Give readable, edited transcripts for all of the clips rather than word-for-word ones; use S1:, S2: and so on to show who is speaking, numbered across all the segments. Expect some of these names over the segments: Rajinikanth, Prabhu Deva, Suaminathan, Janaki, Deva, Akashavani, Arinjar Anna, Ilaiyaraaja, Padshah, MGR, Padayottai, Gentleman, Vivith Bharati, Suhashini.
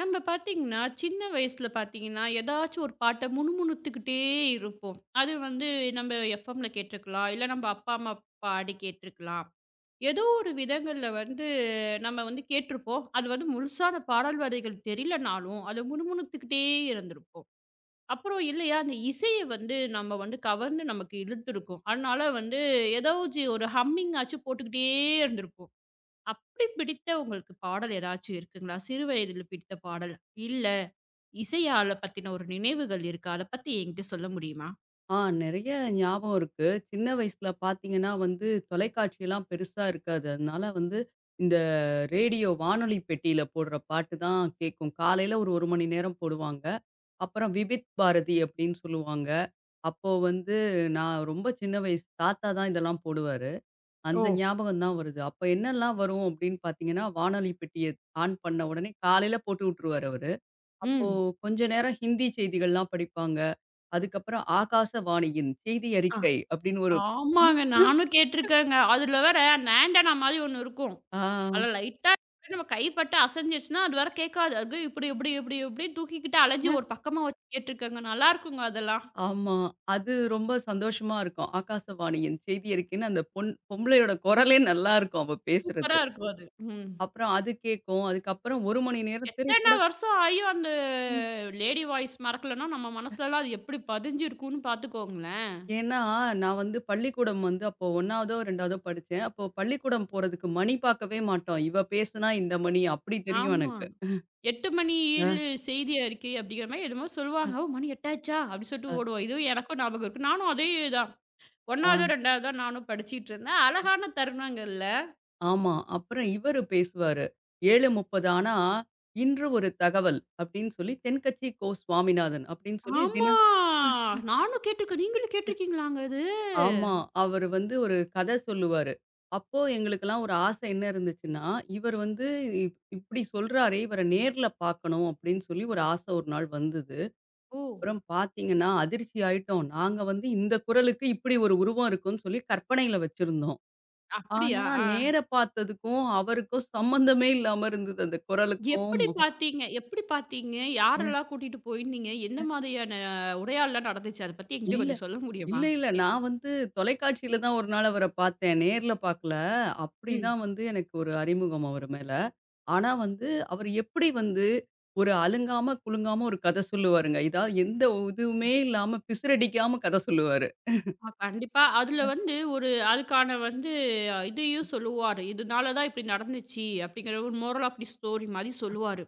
S1: நம்ம பார்த்தீங்கன்னா, சின்ன வயசுல பார்த்தீங்கன்னா, ஏதாச்சும் ஒரு பாட்ட முணுமுணுத்துக்கிட்டே இருப்போம். அது வந்து நம்ம எஃப்எம்ல கேட்டுருக்கலாம். இல்ல நம்ம அப்பா, அம்மா பாடி கேட்டுருக்கலாம். ஏதோ ஒரு விதங்கள்ல வந்து நம்ம வந்து கேட்டுருப்போம். அது வந்து முழுசான பாடல் வரிகள் தெரியலனாலும், அத முணுமுணுத்துக்கிட்டே இருந்திருப்போம். அப்புறம் இல்லையா, அந்த இசைய வந்து நம்ம வந்து கவர்ந்து நமக்கு இழுத்துருக்கும். அதனால வந்து ஏதாச்சு ஒரு ஹம்மிங் ஆச்சும் போட்டுக்கிட்டே இருந்திருப்போம். அப்படி பிடித்த உங்களுக்கு பாடல் ஏதாச்சும் இருக்குங்களா? சிறு வயதில பிடித்த பாடல்? இல்ல இசையால பத்தின ஒரு நினைவுகள் இருக்கா? அத பத்தி என்கிட்ட சொல்ல முடியுமா?
S2: ஆ நெறைய ஞாபகம் இருக்கு. சின்ன வயசுல பார்த்தீங்கன்னா வந்து, தொலைக்காட்சியெல்லாம் பெருசா இருக்காது. அதனால வந்து இந்த ரேடியோ வானொலி பெட்டியில போடுற பாட்டு தான் கேட்கும். காலையில ஒரு 1 மணி நேரம் போடுவாங்க. அப்புறம் விவித் பாரதி அப்படின்னு சொல்லுவாங்க. அப்போ வந்து நான் ரொம்ப சின்ன வயசு. தாத்தா தான் இதெல்லாம் போடுவாரு.
S1: ஓ!
S2: அந்த ஞாபகம் தான் வருது. அப்ப என்னெல்லாம் வரும் அப்படின்னு பார்த்தீங்கன்னா, வானொலி பெட்டிய ஆன் பண்ண உடனே காலையில போட்டு விட்டுருவாரு அவரு. அப்போ
S1: ம்.
S2: கொஞ்ச நேரம் ஹிந்தி செய்திகள்லாம் படிப்பாங்க. அதுக்கப்புறம் ஆகாசவாணியின் செய்தி
S1: ஆ.
S2: அறிக்கை அப்படின்னு ஒரு
S1: ஆமாங்க. நானும் கேட்டுருக்கேங்க. அதுல வேற அந்த ஆண்டனா மாரி ஒண்ணு இருக்கும்.
S2: ஆ,
S1: அதுல லைட்டா நம்ம கைப்பட்டு அசஞ்சிருச்சுன்னா, அது வேற கேட்காது. ஐயோ! இப்படி இப்படி இப்படி இப்படின்னு தூக்கிக்கிட்டு அலஞ்சி ஒரு பக்கமா வச்சு கேட்டுருக்கேங்க. நல்லா இருக்குங்க அதெல்லாம்.
S2: ஆமா. அது ரொம்ப சந்தோஷமா இருக்கும். ஆகாசவாணியின் செய்தி அறிக்கைன்னு அந்த பொன் பொம்பளையோட குரலே நல்லா இருக்கும் அவ பேசுறது.
S1: சூப்பரா இருக்கும் அது. ம்.
S2: அப்புறம் அது கேட்கும். அதுக்கப்புறம் 1 மணி நேரம்
S1: எத்தன
S2: திரைப்படம்.
S1: வருஷம் ஆயும் அந்த
S2: ம்.
S1: லேடி வாய்ஸ் மறக்கலன்னா, நம்ம மனசுலலாம் அது எப்படி பதிஞ்சிருக்கும்னு பாத்துக்கோங்களேன்.
S2: ஏன்னா, நான் வந்து பள்ளிக்கூடம் வந்து அப்போ 1வதோ, 2வதோ படிச்சேன். அப்போ பள்ளிக்கூடம் போறதுக்கு மணி பார்க்கவே மாட்டோம். இவ பேசுனா இந்த மணி அப்படி தெரியும்
S1: ஆமா.
S2: எனக்கு.
S1: 8 மணி ஏழு
S2: அ.
S1: செய்தி அறிக்கை அப்படிங்கிற மாரி என்னமோ சொல்லுவாங்க. "ஓ! மணி 8 ஆச்சா?" அப்படி சொல்லிட்டு
S2: அ,
S1: ஓடுவோம். இதுவும் எனக்கும் ஞாபகம் இருக்கு. நானும் அதே தான்
S2: ஆ.
S1: 1வதோ, 2வதோ நானும் படிச்சுட்டு இருந்தேன். அழகான தருணங்கள்ல
S2: ஆமா. அப்புறம் இவரு பேசுவாரு. 7:30 ஆனா, இன்று ஒரு தகவல் அப்படின்னு சொல்லி, தென்கட்சி கோ. சுவாமிநாதன் அப்படின்னு சொல்லி
S1: ஆமா.
S2: தினம்
S1: நானும் கேட்டுருக்கேன். நீங்களும் கேட்டுருக்கீங்களாங்க இது?
S2: ஆமா. அவரு வந்து ஒரு கதை சொல்லுவாரு. அப்போ எங்களுக்கெல்லாம் ஒரு ஆசை என்ன இருந்துச்சுன்னா, இவர் வந்து இப்படி சொல்றாரே, இவர நேர்ல பார்க்கணும் அப்படின்னு சொல்லி ஒரு ஆசை ஒரு நாள் வந்தது.
S1: ஓ!
S2: அப்புறம் பார்த்தீங்கன்னா, அதிர்ச்சி ஆயிட்டோம். நாங்க வந்து இந்த குரலுக்கு இப்படி ஒரு உருவம் இருக்கும்னு சொல்லி கற்பனையில வச்சிருந்தோம். ஆனா,
S1: அப்படியா? ஆ.
S2: நேர பார்த்ததுக்கும், அவருக்கும் சம்மந்தமே இல்லாம இருந்தது அந்த குரலுக்கும்.
S1: எப்படி பார்த்தீங்க? எப்படி பார்த்தீங்க?
S2: ம்.
S1: யாரெல்லாம் கூட்டிட்டு போயிருந்தீங்க? என்ன மாதிரியான உரையாடல்லாம் நடந்துச்சு? அத பத்தி என்கிட்ட
S2: இல்ல,
S1: கொஞ்சம் சொல்ல முடியுமா?
S2: இல்ல, இல்ல.
S1: எ
S2: நான் வந்து தொலைக்காட்சியில தான் ஒரு நாள் அவர பார்த்தேன். நேர்ல பார்க்கல.
S1: ம்.
S2: அப்படிதான் வந்து எனக்கு ஒரு அறிமுகம் அவரு மேல. ஆனா வந்து அவரு எப்படி வந்து ஒரு அலங்காம, குலுங்காம ஒரு கத சொல்லுவாருங்க. இதா எந்த இதுவுமே இல்லாம பிசிறடிக்காம கத சொல்லுவாரு.
S1: ஆமா, கண்டிப்பா. அதுல வந்து ஒரு அதுக்கான வந்து இதையும் சொல்லுவாரு. "இதனால தான் இப்படி நடந்துச்சு" அப்படிங்கிற ஒரு மோரல் ஆஃப் தி ஸ்டோரி மாரி சொல்லுவாரு.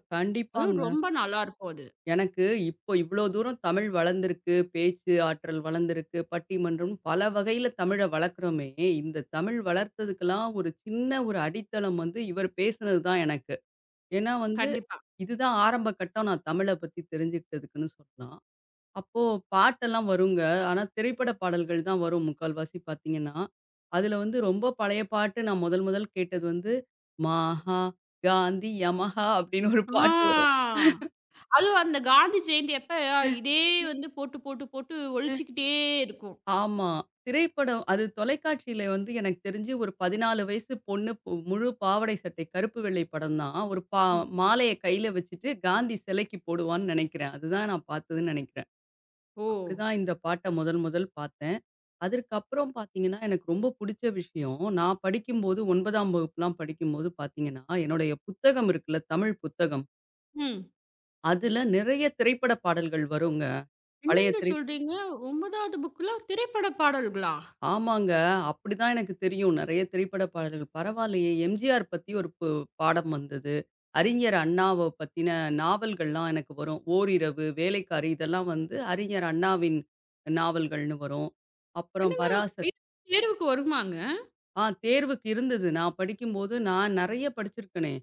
S1: அதுவும்
S2: கண்டிப்பாங்க.
S1: ரொம்ப நல்லாருக்கும் அது.
S2: எனக்கு இப்போ இவ்வளோ தூரம் தமிழ் வளர்ந்திருக்கு, பேச்சு ஆற்றல் வளர்ந்திருக்கு, பட்டிமன்றம் பல வகையில தமிழ வளர்க்குறோமே, இந்த தமிழ் வளர்த்ததுக்கெல்லாம் ஒரு சின்ன ஒரு அடித்தளம் வந்து இவர் பேசினது தான் எனக்கு. ஏன்னா வந்து,
S1: கண்டிப்பா.
S2: இதுதான் ஆரம்ப கட்டம் நான் தமிழ பத்தி தெரிஞ்சுக்கிட்டதுக்குன்னு சொல்லலாம். அப்போ பாட்டெல்லாம் வருங்க. ஆனா திரைப்பட பாடல்கள் தான் வரும் முக்கால்வாசி பார்த்தீங்கன்னா. அதில வந்து ரொம்ப பழைய பாட்டு நான் முதல் முதல் கேட்டது வந்து, "மகா காந்தி யமஹா" அப்படின்னு ஒரு பாட்டு வரும்.
S1: ஆ. அதுவும் அந்த காந்தி ஜெயந்தி அப்ப இதே வந்து போட்டு, போட்டு, போட்டு ஒழிச்சுக்கிட்டே இருக்கும்.
S2: ஆமா. திரைப்படம் அது தொலைக்காட்சியில வந்து எனக்கு தெரிஞ்சு ஒரு 14 வயசு பொண்ணு முழு பாவாடை சட்டை கருப்பு வெள்ளை படம் தான். ஒரு
S1: ம்.
S2: மாலைய கையில வச்சுட்டு காந்தி சிலைக்கு போடுவான்னு நெனைக்கிறேன். அதுதான் நான் பார்த்ததுன்னு நெனைக்கிறேன்.
S1: ஓ!
S2: அப்படிதான் இந்த பாட்ட முதல் முதல் பார்த்தேன். அதற்கப்புறம் பார்த்தீங்கன்னா, எனக்கு ரொம்ப புடிச்ச விஷயம், நான் படிக்கும்போது ஒன்பதாம் வகுப்புலாம் படிக்கும்போது பார்த்தீங்கன்னா, என்னுடைய புத்தகம் இருக்குல்ல, தமிழ் புத்தகம்.
S1: ம்.
S2: அதுல நிறைய திரைப்பட பாடல்கள் வருங்க. பழைய
S1: என்னங்க
S2: திரை
S1: சொல்றீங்க? 9வது புக்லாம் திரைப்பட பாடல்களா?
S2: ஆமாங்க. அப்படிதான் எனக்கு தெரியும். நெறைய திரைப்பட பாடல்கள். பரவாயில்லையே! எம்ஜிஆர் பத்தி ஒரு பாடம் வந்தது. அறிஞர் அண்ணாவ பத்தின நாவல்கள்லாம் எனக்கு வரும். ஓரிரவு, வேலைக்காரி இதெல்லாம் வந்து அறிஞர் அண்ணாவின் நாவல்கள்னு வரும். அப்புறம்
S1: என்னங்க
S2: பராச
S1: இது தேர்வுக்கு வருமாங்க?
S2: ஆ தேர்வுக்கு இருந்தது. நான் படிக்கும்போது நான் நெறைய படிச்சிருக்கனே!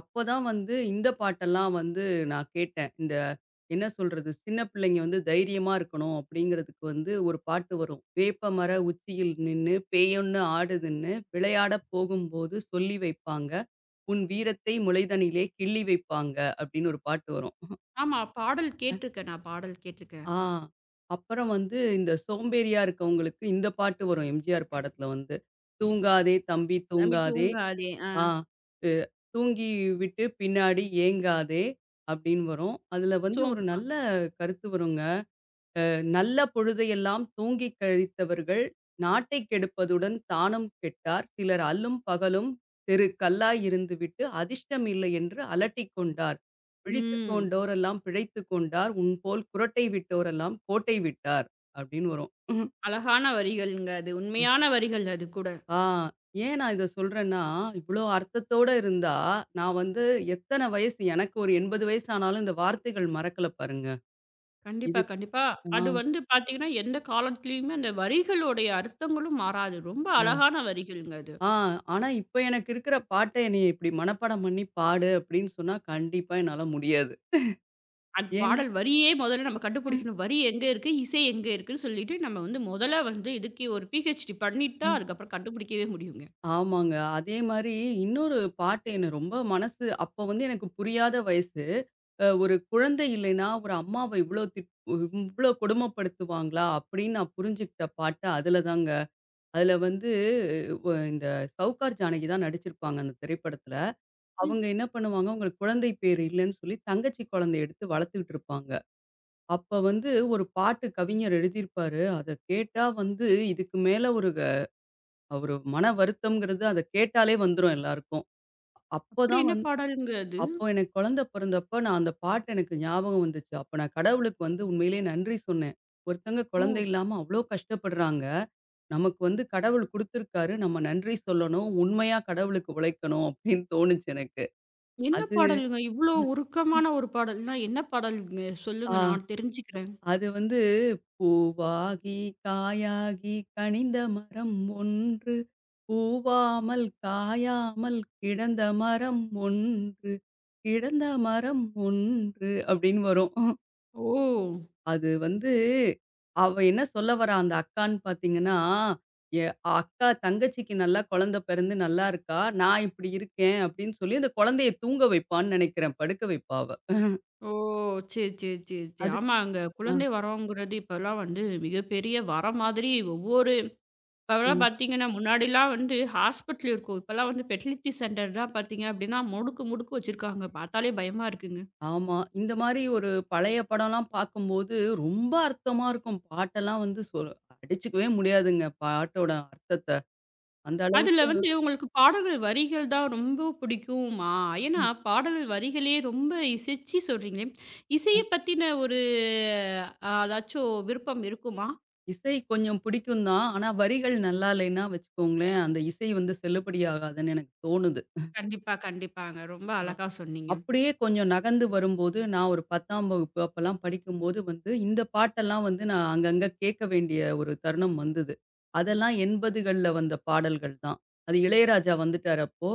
S2: அப்பதான் வந்து இந்த பாட்டெல்லாம் வந்து நான் கேட்டேன். இந்த என்ன சொல்றது? சின்ன பிள்ளைங்க வந்து தைரியமா இருக்கணும் அப்பிடிங்கிறதுக்கு வந்து ஒரு பாட்டு வரும். "வேப்பமர உச்சியில் நின்னு பேயொன்னு ஆடுதுன்னு விளையாடப் போகும்போது சொல்லி வைப்பாங்க. உன் வீரத்தை முளைதனிலே கிள்ளி வைப்பாங்க." அப்பிடின்னு ஒரு பாட்டு வரும்.
S1: ஆமா. பாடல் கேட்டுருக்கேன் நான் பாடல் கேட்டுருக்கேன்.
S2: ஆ அப்புறம் வந்து இந்த சோம்பேறியா இருக்கவங்களுக்கு இந்த பாட்டு வரும் எம்ஜிஆர் பாடத்துல வந்து. "தூங்காதே தம்பி
S1: "ரமி
S2: தூங்காதே
S1: தூங்காதே" ஆ.
S2: ஆ. அ தூங்கி விட்டு பின்னாடி ஏங்காதே அப்படின்னு வரும். அதுல வந்து
S1: சோ
S2: ஒரு நல்ல கருத்து வருங்க. நல்ல பொழுதையெல்லாம் தூங்கிக் கழித்தவர்கள் நாட்டைக் கெடுப்பதுடன் தானும் கெட்டார். சிலர் அல்லும் பகலும் தெரு கல்லாய் இருந்துவிட்டு அதிர்ஷ்டம் இல்லை என்று அலட்டிக் கொண்டார். பிழித்துக்
S1: ம்.
S2: கொண்டோரெல்லாம் பிழைத்துக் கொண்டார். உன்போல் குறட்டை விட்டோரெல்லாம் கோட்டை விட்டார் அப்படின்னு வரும்.
S1: அழகான வரிகள்ங்க அது. உண்மையான வரிகள் அது கூட.
S2: ஆ ஏன் நான் இத சொல்றேன்னா, இவ்ளோ அர்த்தத்தோட இருந்தா, நான் வந்து எத்தன வயசு எனக்கு ஒரு 80 வயசு ஆனாலும் இந்த வார்த்தைகள் மறக்கல பாருங்க.
S1: கண்டிப்பா,
S2: இது
S1: கண்டிப்பா.
S2: ஆ,
S1: அது வந்து பார்த்தீங்கன்னா, எந்த காலத்திலயுமே அந்த வரிகளுடைய அர்த்தங்களும் மாறாது. ரொம்ப
S2: ஆ.
S1: அழகான வரிகள்ங்க அது.
S2: ஆ ஆனா இப்ப எனக்கு இருக்கிற பாட்ட என்னைய இப்படி மனப்பாடம் பண்ணி பாடு அப்படின்னு சொன்னா, கண்டிப்பா என்னால முடியாது.
S1: அந்த
S2: ஏன்னா
S1: பாடல் வரியே முதல்ல நம்ம கண்டுபிடிக்கணும். வரி எங்க இருக்கு? இசை எங்க இருக்குன்னு சொல்லிட்டு நம்ம வந்து முதல்ல வந்து இதுக்கு ஒரு பிஹெச்டி பண்ணிட்டா,
S2: ம்.
S1: அதுக்கப்புறம் கண்டுபிடிக்கவே முடியுங்க.
S2: ஆமாங்க. அதே மாரி இன்னொரு பாட்டு என்ன ரொம்ப மனசு அப்ப வந்து எனக்கு புரியாத வயசு. ஒரு குழந்தை இல்லைன்னா, ஒரு அம்மாவ இவ்ளோ இவ்ளோ கொடுமைப்படுத்துவாங்களா அப்படின்னு நான் புரிஞ்சுகிட்ட பாட்டு அதுல தாங்க. அதுல வந்து வ இந்த சவுகார் ஜானகி தான் நடிச்சிருப்பாங்க அந்த திரைப்படத்துல.
S1: ம்.
S2: அவங்க என்ன பண்ணுவாங்க, அவங்களுக்கு குழந்தை பேர் இல்லன்னு சொல்லி தங்கச்சி குழந்தைய எடுத்து வளர்த்துக்கிட்டு இருப்பாங்க. அப்ப வந்து ஒரு பாட்டு கவிஞர் எழுதியிருப்பாரு. அத கேட்டா வந்து இதுக்கு மேல ஒரு ஒரு மன வருத்தம்ங்கிறது அத கேட்டாலே வந்துரும் எல்லாருக்கும்.
S1: அப்படி
S2: அப்பதான்
S1: என்ன
S2: வந்து
S1: பாடல்ங்க அது?
S2: அப்போ எனக்கு குழந்தை பிறந்தப்ப நான் அந்த பாட்டு எனக்கு ஞாபகம் வந்துச்சு. அப்ப நான் கடவுளுக்கு வந்து உண்மையிலேயே நன்றி சொன்னேன். ஒருத்தங்க
S1: ஓ!
S2: குழந்தை இல்லாம அவ்ளோ கஷ்டப்படுறாங்க. நமக்கு வந்து கடவுள் குடுத்திருக்காரு. நம்ம நன்றி சொல்லணும். உண்மையா கடவுளுக்கு உழைக்கணும் அப்படின்னு தோணுச்சு எனக்கு.
S1: என்ன
S2: அது
S1: பாடலுங்க? இவ்ளோ உருக்கமான ஒரு பாடல்னா என்ன பாடல்ங்க?
S2: ஆ
S1: சொல்லுங்க நான் தெரிஞ்சுக்கிறேன்.
S2: அது வந்து பூவாகி, காயாகி கனிந்த மரம் ஒன்று. பூவாமல், காயாமல் கிடந்த மரம் ஒன்று. கிடந்த மரம் ஒன்று அப்படின்னு வரும்.
S1: ஓ!
S2: அது வந்து அவ என்ன சொல்ல வரா அந்த அக்கான்னு பார்த்தீங்கன்னா, எ அக்கா தங்கச்சிக்கு நல்லா குழந்தை பிறந்து நல்லா இருக்கா. நான் இப்படி இருக்கேன் அப்படின்னு சொல்லி அந்த குழந்தைய தூங்க வைப்பான்னு நினைக்கிறேன். படுக்க வைப்பா அவ.
S1: ஓ! சரி, சரி, சரி, சரி.
S2: அதுக்கு
S1: ஆமாங்க.
S2: ஆ,
S1: குழந்தை வரோங்கிறது இப்பலாம் வந்து மிகப்பெரிய வரம் மாதிரி ஒவ்வொரு இப்பலாம்
S2: ம்.
S1: பார்த்தீங்கன்னா, முன்னாடிலாம் வந்து ஹாஸ்பிட்டல் இருக்கும். இப்பலாம் வந்து ஃபெர்டிலிட்டி சென்டர் தான் பார்த்தீங்க அப்படின்னா, முடுக்கு முடுக்கு வச்சிருக்காங்க. பார்த்தாலே பயமா இருக்குங்க.
S2: ஆமா. இந்த மாரி ஒரு பழைய படம்லாம் பார்க்கும்போது ரொம்ப அர்த்தமா இருக்கும். பாட்டெல்லாம் வந்து அடிச்சுக்கவே முடியாதுங்க. பாட்டோட அர்த்தத்த. அந்த
S1: அதில
S2: அளவுக்கு
S1: வந்து உங்களுக்கு பாடல்கள் வரிகள் தான் ரொம்ப பிடிக்குமா? ஏன்னா
S2: ம்.
S1: பாடல்கள் வரிகளே ரொம்ப இசைச்சு சொல்றீங்களே. இசைய பத்தின ஒரு அதாச்சும் விருப்பம் இருக்குமா?
S2: இசை கொஞ்சம் பிடிக்கும் தான். ஆனா வரிகள் நல்லா இல்லைன்னா வச்சுக்கோங்களேன், அந்த இசை வந்து செல்லுபடியாகாதுன்னு எனக்கு தோணுது.
S1: கண்டிப்பா, கண்டிப்பாங்க. ரொம்ப அழகா சொன்னீங்க.
S2: அப்படியே கொஞ்சம் நகர்ந்து வரும்போது, நான் ஒரு பத்தாம் வகுப்பு அப்பலாம் படிக்கும்போது வந்து, இந்த பாட்டெல்லாம் வந்து நான் அங்கங்க கேட்க வேண்டிய ஒரு தருணம் வந்தது. அதெல்லாம் எண்பதுகள்ல வந்த பாடல்கள் தான். அது இளையராஜா வந்துட்டாரு அப்போ.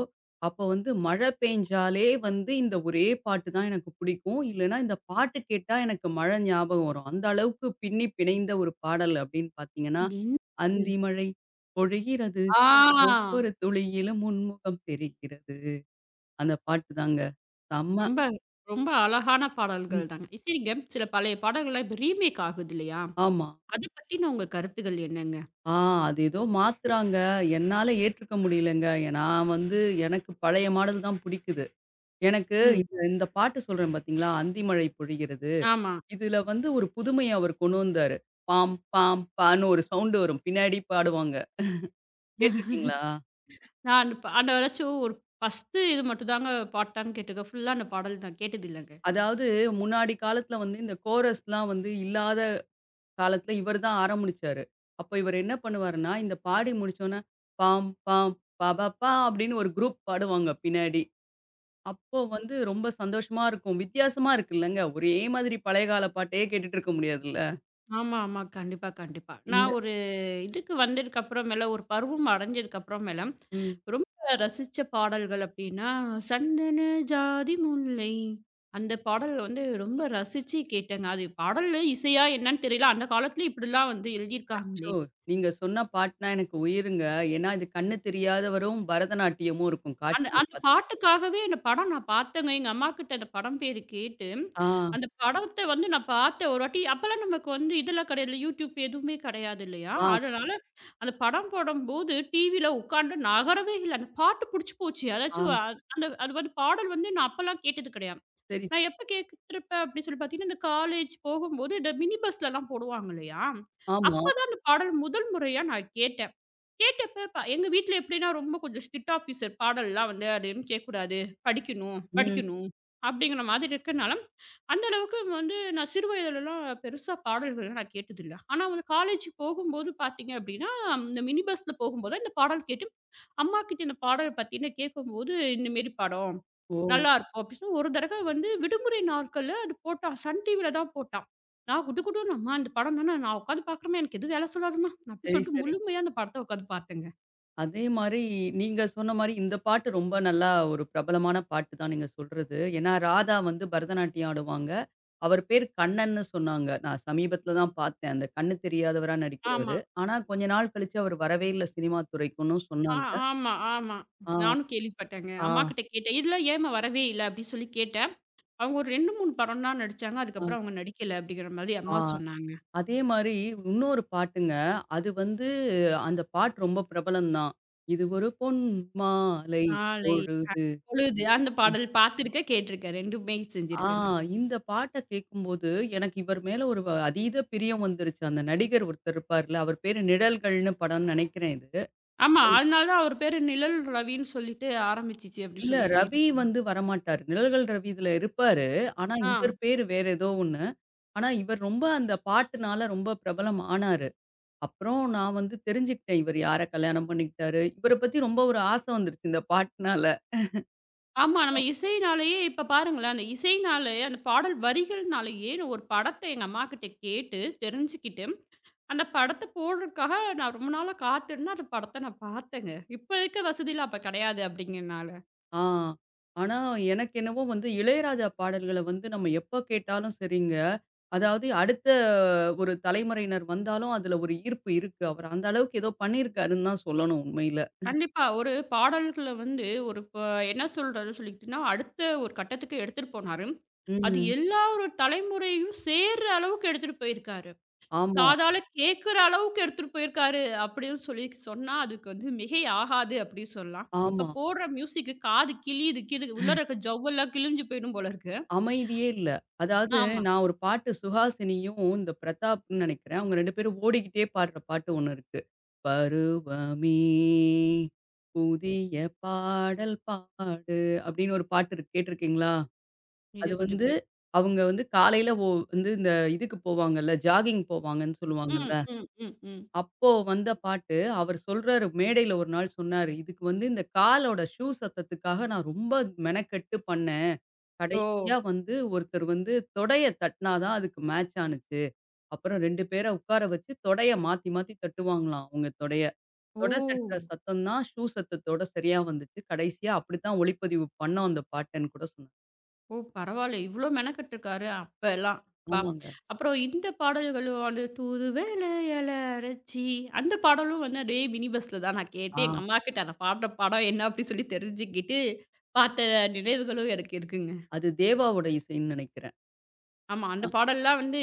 S2: அப்போ வந்து மழை பெய்ஞ்சாலே வந்து இந்த ஒரே பாட்டு தான் எனக்கு பிடிக்கும். இல்லன்னா இந்த பாட்டு கேட்டா எனக்கு மழை ஞாபகம் வரும். அந்த அளவுக்கு பின்னி பிணைந்த ஒரு பாடல் அப்படின்னு பார்த்தீங்கன்னா,
S1: என்
S2: "அந்தி மழை பொழிகிறது
S1: ஆ.
S2: ஒவ்வொரு துளியிலும் உன் முகம் தெரிகிறது." அந்த பாட்டு தாங்க. செம்ம.
S1: ரொம்ப, ரொம்ப அழகான பாடல்கள் தாங்க. சரிங்க. சில பழைய பாடல்கள்லாம் இப்ப ரீமேக் ஆகுது இல்லையா?
S2: ஆமா.
S1: அத பத்தின உங்க கருத்துக்கள் என்னங்க?
S2: ஆ அது ஏதோ மாத்துறாங்க. என்னால ஏற்றுக்க முடியலங்க. நான் வந்து எனக்கு பழைய மாடல் தான் புடிக்குது. எனக்கு
S1: ம்.
S2: இந்த இந்த பாட்டு சொல்றேன் பார்த்தீங்களா? "அந்திமழை பொழிகிறது."
S1: ஆமா.
S2: இதுல வந்து ஒரு புதுமைய அவரு கொண்டு வந்தாரு. பாம், பாம், பான்னு ஒரு சவுண்ட் வரும். பின்னாடி பாடுவாங்க. கேட்டுருக்கீங்களா?
S1: நான் இப்ப அந்த ஏதாச்சும் ஒரு 1 இது மட்டும் தாங்க பாட்டான்னு கேட்டுருக்கேன். ஃபுல்லா அந்த பாடல் நான் கேட்டதில்லங்க.
S2: அதாவது முன்னாடி காலத்துல வந்து இந்த கோரஸ்லாம் வந்து இல்லாத காலத்துல இவரு தான் ஆரம்பிச்சாரு. அப்ப இவரு என்ன பண்ணுவாருன்னா, இந்த பாடி முடிச்சோனே, பாம், பாம், பபபா அப்படின்னு ஒரு குரூப் பாடுவாங்க பின்னாடி. அப்போ வந்து ரொம்ப சந்தோஷமா இருக்கும். வித்தியாசமா இருக்குல்லங்க. ஒரே மாதிரி பழைய கால பாட்டே கேட்டுட்டு இருக்க முடியாதுல்ல.
S1: ஆமா, ஆமா. கண்டிப்பா, கண்டிப்பா.
S2: இந்த
S1: நான் ஒரு இதுக்கு வந்ததுக்கு அப்புறமேல ஒரு பருவம் அடைஞ்சதுக்கு அப்புறமேல,
S2: ம்.
S1: ரொம்ப ரசிச்ச பாடல்கள் அப்படின்னா, சந்தன ஜாதி முல்லை அந்த பாடல் வந்து ரொம்ப ரசிச்சு கேட்டேங்க. அது பாடலு, இசையா என்னன்னு தெரியல. அந்த காலத்தில இப்படிலாம் வந்து எழுதியிருக்காங்களே!
S2: அச்சோ! நீங்க சொன்ன பாட்னா எனக்கு உயிருங்க. ஏன்னா இது கண்ணு தெரியாதவரும், பரதநாட்டியமும் இருக்கும்
S1: அந்த
S2: காட்சியில
S1: அந்த
S2: பாத்து.
S1: பாட்டுக்காகவே அந்த படம் நான் பார்த்தேங்க. எங்க அம்மாகிட்ட அந்த படம் பேரு கேட்டு,
S2: ஆ,
S1: அந்த படத்த வந்து நான் பார்த்தேன் ஒரு வாட்டி. அப்பலாம் நமக்கு வந்து இதெல்லாம் கிடையாதுல்ல, YouTube எதுவுமே கிடையாது இல்லையா?
S2: ஆ,
S1: அதனால அந்த படம் போடும்போது டிவியில உட்கார்ந்து நகரவே இல்ல. அந்த பாட்டு புடிச்சு போச்சு.
S2: ஆ.
S1: அதாச்சும் அந்த அது வந்து பாடல் வந்து நான் அப்பலாம் கேட்டது கிடையாது.
S2: சரி,
S1: நான்
S2: சரி.
S1: எப்ப கேட்டுருப்பேன் அப்படின்னு சொல்லி பார்த்தீங்கன்னா, இந்த காலேஜ் போகும்போது இந்த மினி பஸ்லலாம் போடுவாங்க இல்லையா?
S2: ஆமா.
S1: அப்பதான் அந்த பாடல் முதல் முறையா நான் கேட்டேன். கேட்டப்ப எங்க வீட்ல எப்படின்னா ரொம்ப கொஞ்சம் ஸ்ட்ரிக்ட் ஆஃபீசர் பாடல்லாம் வந்து அது எதுவும் கேட்கக்கூடாது. படிக்கணும்,
S2: ம்.
S1: படிக்கணும் அப்படிங்கிற மாதிரி இருக்கனால, அந்த அளவுக்கு வந்து நான் சிறு வயதிலலாம் பெருசா பாடல்கள் நான் கேட்டதில்ல. ஆனா வந்து காலேஜ் போகும்போது பார்த்தீங்க அப்படின்னா, இந்த மினி பஸ்ல போகும்போது இந்த பாடல் கேட்டு, அம்மா கிட்ட இந்த பாடல் பார்த்தீங்கன்னா கேட்கும்போது, "இந்த மாரி படம்
S2: ஓ!
S1: நல்லாருக்கும்" அப்படின்னு சொல்லி ஒரு தடவை வந்து விடுமுறை நாட்கள்ல அது போட்டான். சன் டிவில தான் போட்டான். நான் குடு குடுன்னு, அம்மா அந்த படம் தானே நான் உட்காந்து பார்க்குறேம்மா, எனக்கு எதுவும் வேலை சொல்லாதம்மா. அப்டி
S2: சரி,
S1: சொல்லிட்டு
S2: சரி.
S1: முழுமையா அந்த படத்த உட்காந்து பார்த்தேங்க.
S2: அதே மாரி நீங்க சொன்ன மாரி இந்த பாட்டு ரொம்ப நல்லா ஒரு பிரபலமான பாட்டு தான் நீங்க சொல்றது. ஏன்னா ராதா வந்து பரதநாட்டியம் ஆடுவாங்க. அவர் பேர் கண்ணன்னு சொன்னாங்க. நான் சமீபத்தில தான் பார்த்தேன். அந்த கண்ணு தெரியாதவரா
S1: ஆமா.
S2: நடிக்கிறவரு. ஆனா கொஞ்ச நாள் கழிச்சு அவர் வரவே இல்ல சினிமா துறைக்குன்னும்
S1: ஆ
S2: சொன்னாங்க.
S1: ஆமா, ஆமா.
S2: ஆ,
S1: நானும் கேள்விப்பட்டேங்க.
S2: ஆ,
S1: அம்மாகிட்ட கேட்டேன். இதெல்லாம் ஏம்மா வரவே இல்ல? அப்டின்னு சொல்லி கேட்டேன். அவங்க ஒரு 2, 3 படம் தான் நடிச்சாங்க.
S2: ஆ,
S1: அதுக்கப்புறம் அவங்க நடிக்கல அப்படிங்கிற மாதிரி
S2: ஆ.
S1: அம்மா சொன்னாங்க.
S2: அதே மாரி இன்னொரு பாட்டுங்க. அது வந்து அந்த பாட்டு ரொம்ப பிரபலம் தான். இது ஒரு பொன் மாலை
S1: ஆலை
S2: பொழுது.
S1: பொழுது அந்த பாடல் பார்த்துருக்கேன், கேட்டுருக்கேன். 2மே
S2: ஆ
S1: செஞ்சிருக்கேங்க.
S2: இந்த பாட்ட கேட்கும்போது எனக்கு இவர் மேல ஒரு அதீத பிரியம் வந்துருச்சு. அந்த நடிகர் ஒருத்தர் இருப்பார்ல, அவர் பேரு நிழல்கள்னு படம்னு நெனைக்கிறேன் இது.
S1: ஆமா, அதனால தான் அவர் பேரு நிழல் ரவின்னு சொல்லிட்டு ஆரம்பிச்சுச்சு அப்டி
S2: இல்ல
S1: சொல்லி சொல்லிட்டு
S2: ரவி
S1: இருந்தாங்க.
S2: வந்து வரமாட்டாரு. நிழல்கள் ரவி இதுல இருப்பாரு. ஆனா
S1: ஆ.
S2: இவர் பேரு வேற ஏதோ ஒண்ணு. ஆனா இவர் ரொம்ப அந்த பாட்டுனால ரொம்ப பிரபலம் ஆனாரு. அப்புறம் நான் வந்து தெரிஞ்சுக்கிட்டேன். இவர் யார கல்யாணம் பண்ணிக்கிட்டாரு. இவர பத்தி ரொம்ப ஒரு ஆசை வந்துருச்சு இந்த பாட்டுனால.
S1: ஆமா. நம்ம இசைனாலேயே இப்ப பாருங்களேன், அந்த இசைனாலே, அந்த பாடல் வரிகள்னாலேயே நான் ஒரு படத்த எங்க அம்மாகிட்ட கேட்டு தெரிஞ்சுக்கிட்டு, அந்த படத்த போடுறதுக்காக நான் ரொம்ப நாளா காத்திருந்து அந்த படத்த நான் பார்த்தேங்க. இப்ப இருக்க வசதிலாம் அப்ப கிடையாது அப்படிங்கிறனால.
S2: ஆ. ஆனா எனக்கு என்னவோ வந்து இளையராஜா பாடல்கள வந்து நம்ம எப்ப கேட்டாலும் சரிங்க. அதாவது அடுத்த ஒரு தலைமுறையினர் வந்தாலும் அதுல ஒரு ஈர்ப்பு இருக்கு. அவர் அந்த அளவுக்கு ஏதோ பண்ணியிருக்காருன்னு தான் சொல்லணும் உண்மையில.
S1: கண்டிப்பா ஒரு பாடல்கள வந்து ஒரு என்ன சொல்றாருன்னு சொல்லிட்டுன்னா, அடுத்த ஒரு கட்டத்துக்கு எடுத்துட்டு போனாரு. அது
S2: ம்.
S1: எல்லா ஒரு தலைமுறையும் சேர்ற அளவுக்கு எடுத்துட்டு போயிருக்காரு.
S2: ஆமா,
S1: காதால கேட்கிற அளவுக்கு எடுத்துட்டு போயிருக்காரு அப்படின்னு சொல்லி சொன்னா, அதுக்கு வந்து மிகை ஆகாது அப்படின்னு சொல்லலாம். இப்ப
S2: ஆமா.
S1: போடுற மியூசிக்கு காது கிழியுது உள்ளார இருக்க ஜவ்வெல்லாம் கிழிஞ்சு போயிடும் போல இருக்கு.
S2: அமைதியே இல்ல. அதாவது
S1: ஆமா.
S2: நான் ஒரு பாட்டு சுஹாசினியும், இந்த பிரதாப்ன்னு நெனைக்கிறேன். அவங்க 2 பேரும் ஓடிக்கிட்டே பாடுற பாட்டு ஒண்ணு இருக்கு. பருவமே புதிய பாடல் பாடு அப்படின்னு ஒரு பாட்டு இருக்கு. கேட்டுருக்கீங்களா?
S1: இது
S2: அது
S1: கொஞ்சம்
S2: வந்து
S1: கே
S2: அவங்க வந்து காலையில வந்து இந்த இதுக்கு போவாங்கல்ல, ஜாகிங் போவாங்கன்னு சொல்லுவாங்கல்ல.
S1: ம், ம், ம், ம்.
S2: அப்போ வந்த பாட்டு, அவர் சொல்றாரு மேடையில ஒரு நாள் சொன்னாரு, "இதுக்கு வந்து இந்த காலோட ஷூ சத்தத்துக்காக நான் ரொம்ப மெனக்கெட்டு பண்ணேன்.
S1: ஓ!
S2: கடைசியா வந்து ஒருத்தர் வந்து தொடைய தட்டுனா தான் அதுக்கு மேட்ச் ஆனுச்சு. அப்புறம் 2 பேர உட்கார வச்சு தொடைய மாத்தி மாத்தி தட்டுவாங்களாம் அவங்க தொடைய. தொட தட்டுற
S1: ஓ!
S2: சத்தம் தான் ஷூ சத்தத்தோட சரியா வந்துச்சு. கடைசியா அப்படித்தான் ஒளிப்பதிவு பண்ணோம் அந்த பாட்டன்னு" கூட சொன்னாரு.
S1: ஓ! பரவால்ல. இவ்ளோ மெனக்கட்டுருக்காரு அப்பலாம். பா!
S2: ஆமாங்க.
S1: அப்புறம் இந்த பாடல்களும் வந்து "தூதுவளையல அரசி" அந்த பாடலும் வந்து அதே மினி பஸ்ல தான் நான் கேட்டு,
S2: ஆ
S1: எங்க அம்மாகிட்ட நான் பாடுற படம் என்ன அப்படின்னு சொல்லி தெரிஞ்சுக்கிட்டு, பார்த்த நினைவுகளும் எனக்கு இருக்குங்க.
S2: அது தேவாவோட இசைன்னு நினைக்கிறேன்.
S1: ஆமா.
S2: ஆ
S1: அந்த பாடல்லாம் வந்து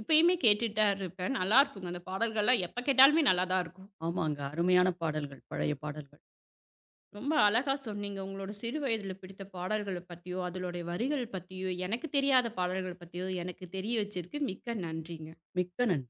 S1: இப்பயுமே கேட்டுட்டு தான் இருப்பேன். நல்லாருக்குங்க. அந்த பாடல்கள்லாம் எப்ப கேட்டாலுமே நல்லா தான் இருக்கும்.
S2: ஆமாங்க. அருமையான பாடல்கள், பழைய பாடல்கள்.
S1: ரொம்ப அழகா சொன்னீங்க. உங்களோட சிறு வயதில பிடித்த பாடல்கள பத்தியோ, அதனுடைய வரிகள் பத்தியோ, எனக்கு தெரியாத பாடல்கள் பத்தியோ எனக்கு தெரிய வச்சதுக்கு மிக்க நன்றிங்க.
S2: மிக்க நன்றி.